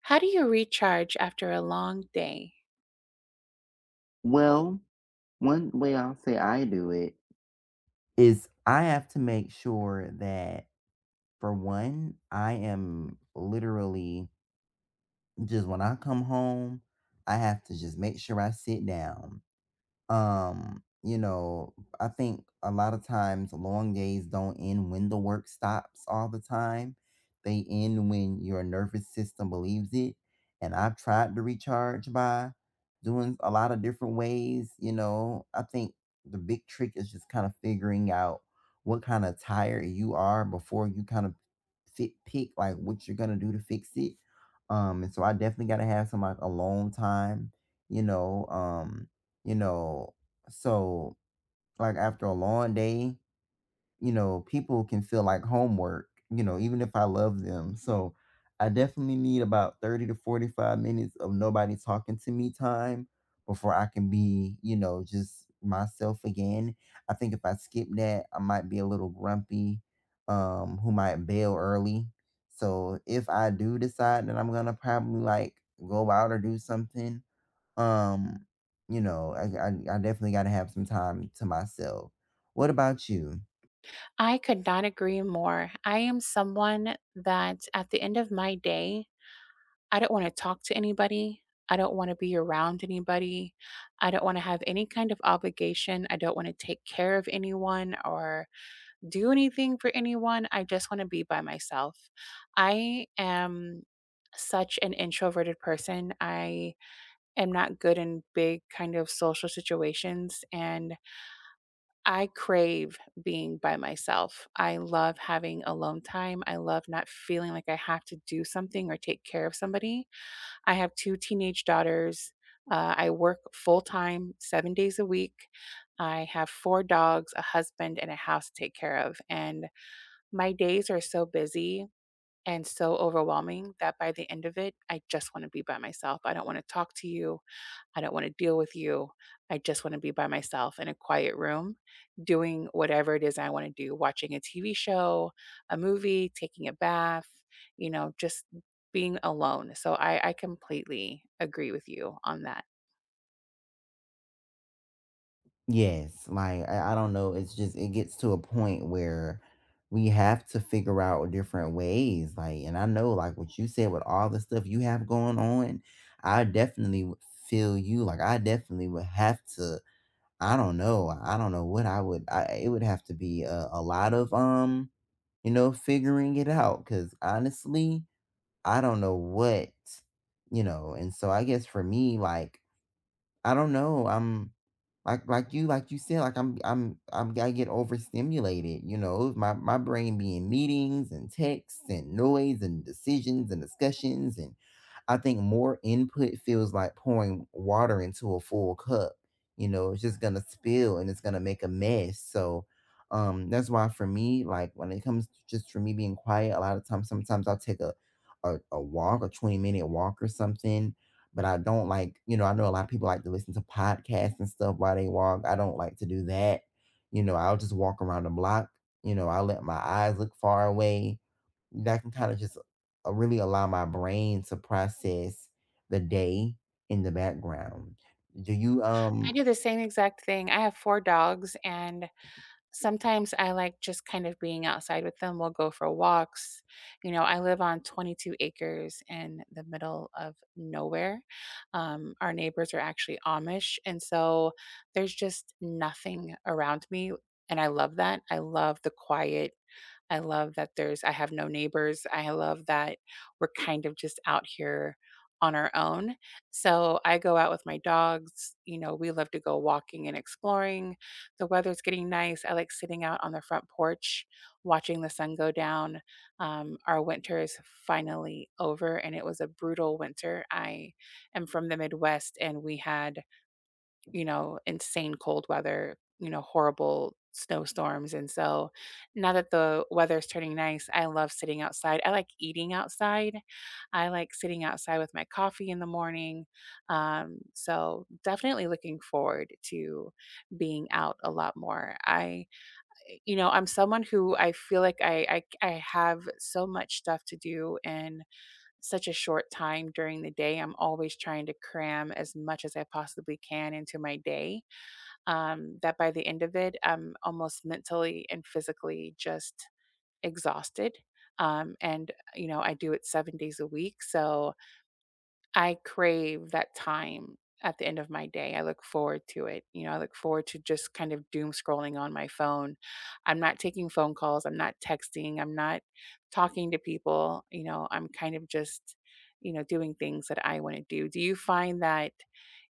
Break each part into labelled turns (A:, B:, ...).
A: How do you recharge after a long day?
B: Well, one way I'll say I do it is I have to make sure that, for one, I am literally just when I come home, I have to just make sure I sit down. Um, you know, I think a lot of times long days don't end when the work stops all the time. They end when your nervous system believes it. And I've tried to recharge by doing a lot of different ways. You know, I think the big trick is just kind of figuring out what kind of tire you are before you kind of fit pick like what you're gonna do to fix it. And so I definitely gotta have some like alone time, you know. Um, you know, so, like, after a long day, you know, people can feel like homework, you know, even if I love them. So, I definitely need about 30 to 45 minutes of nobody talking to me time before I can be, you know, just myself again. I think if I skip that, I might be a little grumpy, who might bail early. So, if I do decide that I'm gonna probably like go out or do something, um, you know, I, I I definitely gotta have some time to myself. What about you?
A: I could not agree more. I am someone that at the end of my day, I don't want to talk to anybody. I don't want to be around anybody. I don't want to have any kind of obligation. I don't want to take care of anyone or do anything for anyone. I just want to be by myself. I am such an introverted person. I am not good in big kind of social situations and I crave being by myself. I love having alone time. I love not feeling like I have to do something or take care of somebody. I have 2 teenage daughters. I work full time, 7 days a week. I have 4 dogs, a husband, and a house to take care of. And my days are so busy and so overwhelming that by the end of it, I just wanna be by myself. I don't wanna talk to you. I don't want to deal with you. I just want to be by myself in a quiet room doing whatever it is I want to do, watching a TV show, a movie, taking a bath, you know, just being alone. So I completely agree with you on that.
B: Yes, like I don't know. It's just it gets to a point where we have to figure out different ways. Like, and I know, like what you said with all the stuff you have going on, I definitely would feel you. Like, I definitely would have to. I don't know. I don't know what I would. I it would have to be a lot of you know, figuring it out. Cause honestly, I don't know what, you know, and so I guess for me, like I don't know. I'm like you said, like I'm I get overstimulated, you know, my brain be in meetings and texts and noise and decisions and discussions and I think more input feels like pouring water into a full cup. You know, it's just gonna spill and it's gonna make a mess. So that's why for me, like when it comes to just for me being quiet, a lot of times sometimes I'll take a walk, a 20-minute walk or something, but I don't like, you know, I know a lot of people like to listen to podcasts and stuff while they walk. I don't like to do that. You know, I'll just walk around the block. You know, I let my eyes look far away. That can kind of just really allow my brain to process the day in the background. Do you
A: I
B: um
A: do the same exact thing. I have four dogs and sometimes I like just kind of being outside with them. We'll go for walks. You know, I live on 22 acres in the middle of nowhere. Our neighbors are actually Amish. And so there's just nothing around me. And I love that. I love the quiet. I love that there's I have no neighbors. I love that we're kind of just out here on our own. So I go out with my dogs. You know, we love to go walking and exploring. The weather's getting nice. I like sitting out on the front porch, watching the sun go down. Our winter is finally over, and it was a brutal winter. I am from the Midwest, and we had insane cold weather, horrible snowstorms. And so now that the weather is turning nice, I love sitting outside. I like eating outside. I like sitting outside with my coffee in the morning. So definitely looking forward to being out a lot more. I'm someone who I feel like I have so much stuff to do in such a short time during the day. I'm always trying to cram as much as I possibly can into my day that by the end of it, I'm almost mentally and physically just exhausted. I do it 7 days a week. So I crave that time at the end of my day. I look forward to it. I look forward to just kind of doom scrolling on my phone. I'm not taking phone calls. I'm not texting. I'm not talking to people. I'm kind of just doing things that I want to do. Do you find that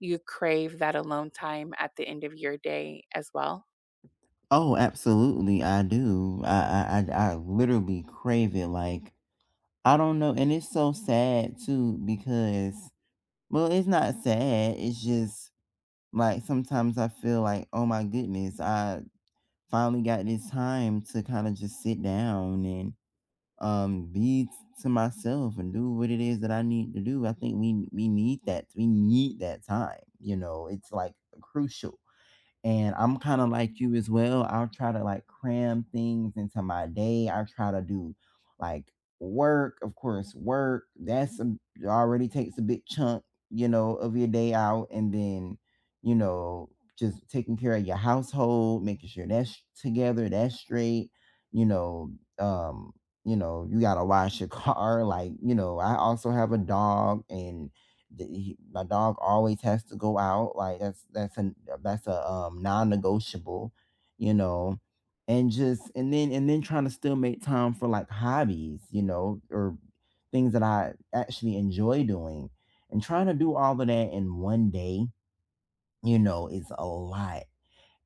A: you crave that alone time at the end of your day as well?
B: Oh, absolutely. I do. I literally crave it. Like, I don't know. And it's so sad, too, because, well, it's not sad. It's just, like, sometimes I feel like, "Oh my goodness, I finally got this time to kinda just sit down and, be t to myself and do what it is that I need to do." I think we need that. We need that time, you know? It's, like, crucial. And I'm kind of like you as well. I'll try to like cram things into my day. I try to do like work, of course, work. Already takes a big chunk, you know, of your day out. And then, you know, just taking care of your household, making sure that's together, that's straight, you know, um, you know, you gotta wash your car. Like, you know, I also have a dog and my dog always has to go out. Like that's a non-negotiable, you know, and then trying to still make time for like hobbies, you know, or things that I actually enjoy doing, and trying to do all of that in one day, you know, is a lot.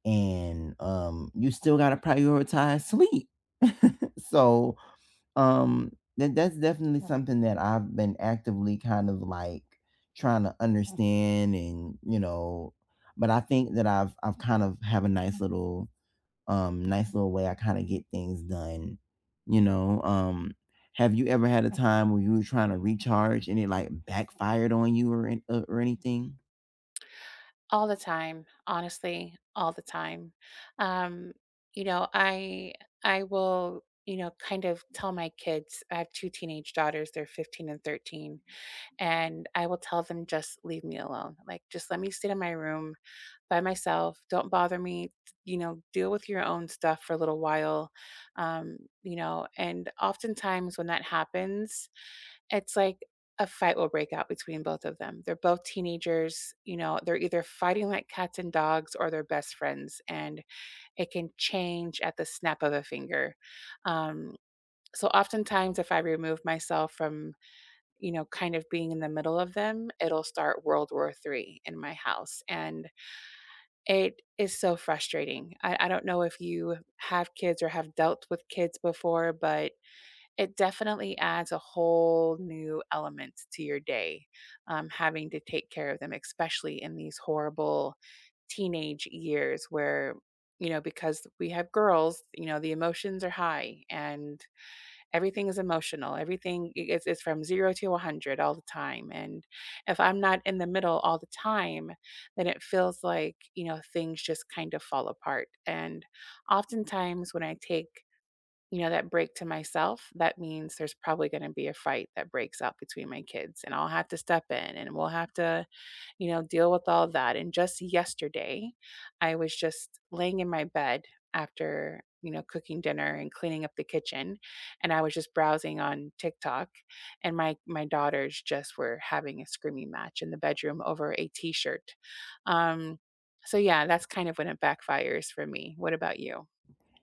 B: And you still gotta prioritize sleep. So that's definitely something that I've been actively kind of like trying to understand and, you know, but I think that I've kind of have a nice little way I kind of get things done, you know. Um have you ever had a time where you were trying to recharge and it like backfired on you or or anything?
A: All the time, honestly, all the time. Um, you know, I I will, kind of tell my kids, I have 2 teenage daughters, they're 15 and 13, and I will tell them, "Just leave me alone. Like, just let me sit in my room by myself. Don't bother me. You know, deal with your own stuff for a little while." Um, and oftentimes when that happens, it's like a fight will break out between both of them. They're both teenagers, they're either fighting like cats and dogs or they're best friends, and it can change at the snap of a finger. Um, so oftentimes if I remove myself from, kind of being in the middle of them, it'll start World War III in my house. And it is so frustrating. I don't know if you have kids or have dealt with kids before, but it definitely adds a whole new element to your day, having to take care of them, especially in these horrible teenage years where, because we have girls, the emotions are high and everything is emotional. Everything is from zero to 100 all the time. And if I'm not in the middle all the time, then it feels like, things just kind of fall apart. And oftentimes when I take that break to myself, that means there's probably gonna be a fight that breaks out between my kids, and I'll have to step in, and we'll have to, deal with all that, and just yesterday, I was just laying in my bed after, cooking dinner and cleaning up the kitchen, and I was just browsing on TikTok, and my daughters just were having a screaming match in the bedroom over a T-shirt, um, so yeah, that's kind of when it backfires for me. What about you?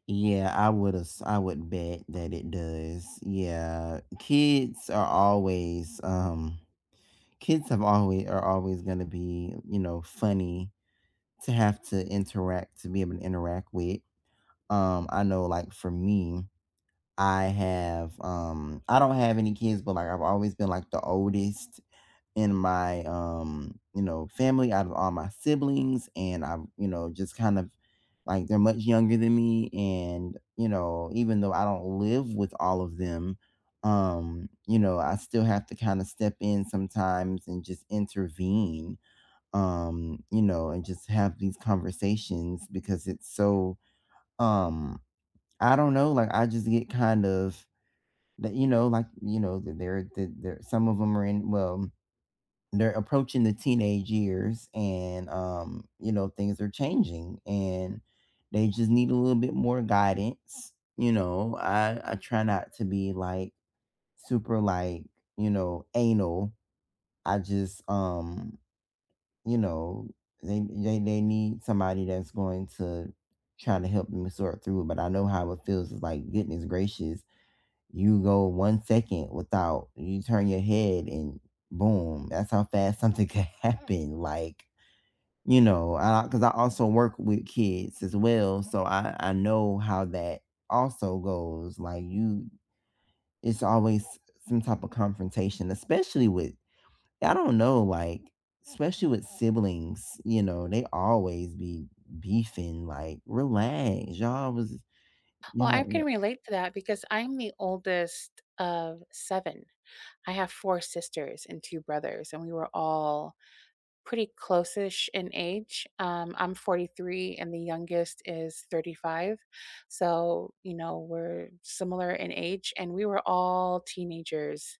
B: Yeah, I would have. I would bet that it does. Yeah, kids are always kids have always are always going to be, you know, funny to have to interact to be able to interact with. I know, like for me, I have I don't have any kids, but like I've always been like the oldest in my, you know, family out of all my siblings, and I've, you know, just kind of like they're much younger than me, and, you know, even though I don't live with all of them, you know, I still have to kind of step in sometimes and just intervene. You know, and just have these conversations because it's so um I don't know, like I just get kind of that, you know, like, you know, that they're there, that are some of them are in well they're approaching the teenage years, and, you know, things are changing, and they just need a little bit more guidance, you know. I try not to be like super like, you know, anal. I just, you know, they need somebody that's going to try to help them sort through it, but I know how it feels. It's like, goodness gracious, you go one second without, you turn your head, and boom, that's how fast something could happen. Like, you know, I, because I also work with kids as well, so I know how that also goes. Like you, it's always some type of confrontation, especially with, I don't know, like especially with siblings. You know, they always be beefing. Like, relax, y'all was
A: Well,
B: y'all
A: I can relate to that because I'm the oldest of 7. I have 4 sisters and 2 brothers, and we were all pretty close-ish in age. I'm 43 and the youngest is 35. So, we're similar in age, and we were all teenagers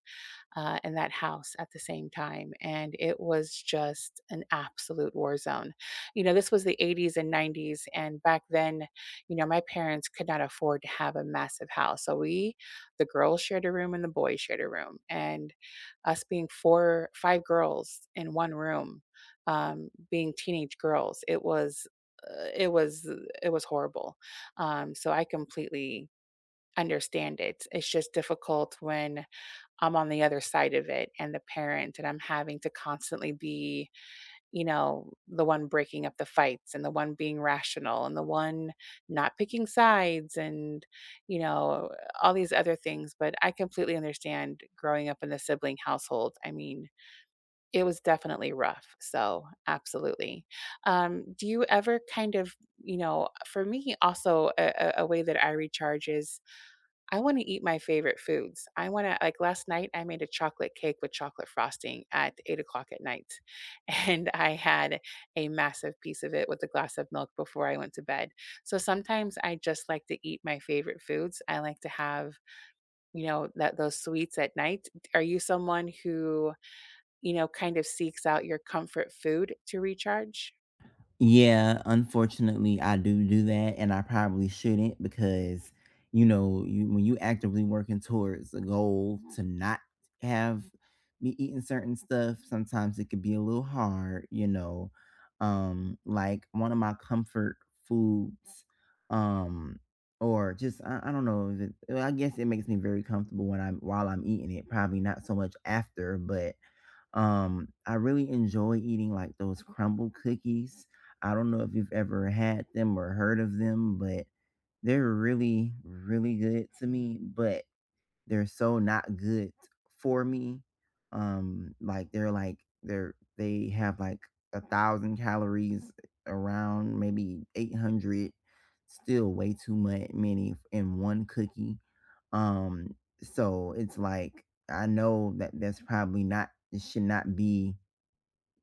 A: in that house at the same time. And it was just an absolute war zone. This was the 80s and 90s. And back then, my parents could not afford to have a massive house. So we, the girls shared a room and the boys shared a room. And us being four, five girls in one room, being teenage girls, it was. It was it was horrible. So I completely understand it. It's just difficult when I'm on the other side of it and the parent, and I'm having to constantly be, the one breaking up the fights and the one being rational and the one not picking sides and, you know, all these other things. But I completely understand growing up in the sibling household. I mean, it was definitely rough. So, absolutely. Do you ever kind of, for me, also a way that I recharge is I wanna eat my favorite foods. I wanna Like, last night, I made a chocolate cake with chocolate frosting at 8 o'clock at night, and I had a massive piece of it with a glass of milk before I went to bed. So sometimes I just like to eat my favorite foods. I like to have, that those sweets at night. Are you someone who, kind of seeks out your comfort food to recharge?
B: Yeah, unfortunately, I do do that, and I probably shouldn't because, you know, you when you actively working towards a goal to not have me eating certain stuff, sometimes it could be a little hard, you know. Like one of my comfort foods, um, or just I don't know if it, well, I guess it makes me very comfortable when I'm while I'm eating it. Probably not so much after, but I really enjoy eating like those crumble cookies. I don't know if you've ever had them or heard of them, but they're really, really good to me, but they're so not good for me. Like they're they have like 1,000 calories, around maybe 800, still way too much many in one cookie. um so it's like I know that that's probably not, it should not be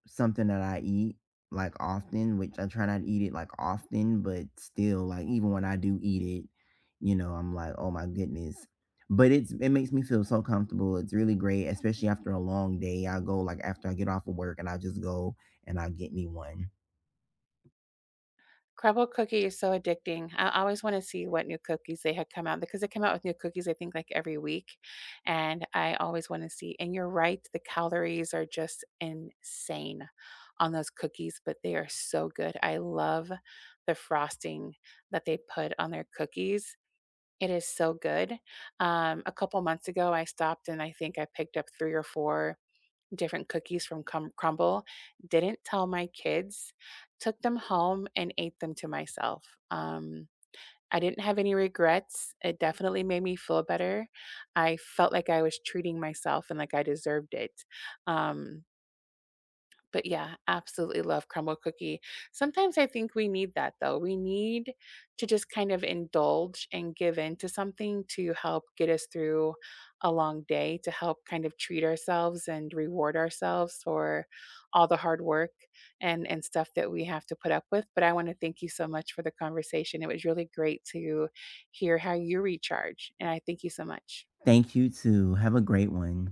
B: something that I eat like often, which I try not to eat it like often, but still, like, even when I do eat it, you know, I'm like, oh my goodness. But it's it makes me feel so comfortable. It's really great, especially after a long day. I go, like, after I get off of work and I just go and I'll get me one.
A: Crumble cookie is so addicting. I always wanna see what new cookies they had come out because they come out with new cookies, I think, like, every week, and I always wanna see and you're right, the calories are just insane on those cookies, but they are so good. I love the frosting that they put on their cookies. It is so good. A couple months ago, I stopped and I think I picked up 3 or 4 different cookies from Crumble, didn't tell my kids, took them home and ate them to myself. I didn't have any regrets. It definitely made me feel better. I felt like I was treating myself and like I deserved it. Um, but yeah, absolutely love crumble cookie. Sometimes I think we need that though. We need to just kind of indulge and give in to something to help get us through a long day, to help kind of treat ourselves and reward ourselves for all the hard work and stuff that we have to put up with. But I want to thank you so much for the conversation. It was really great to hear how you recharge, and I thank you so much.
B: Thank you too. Have a great one.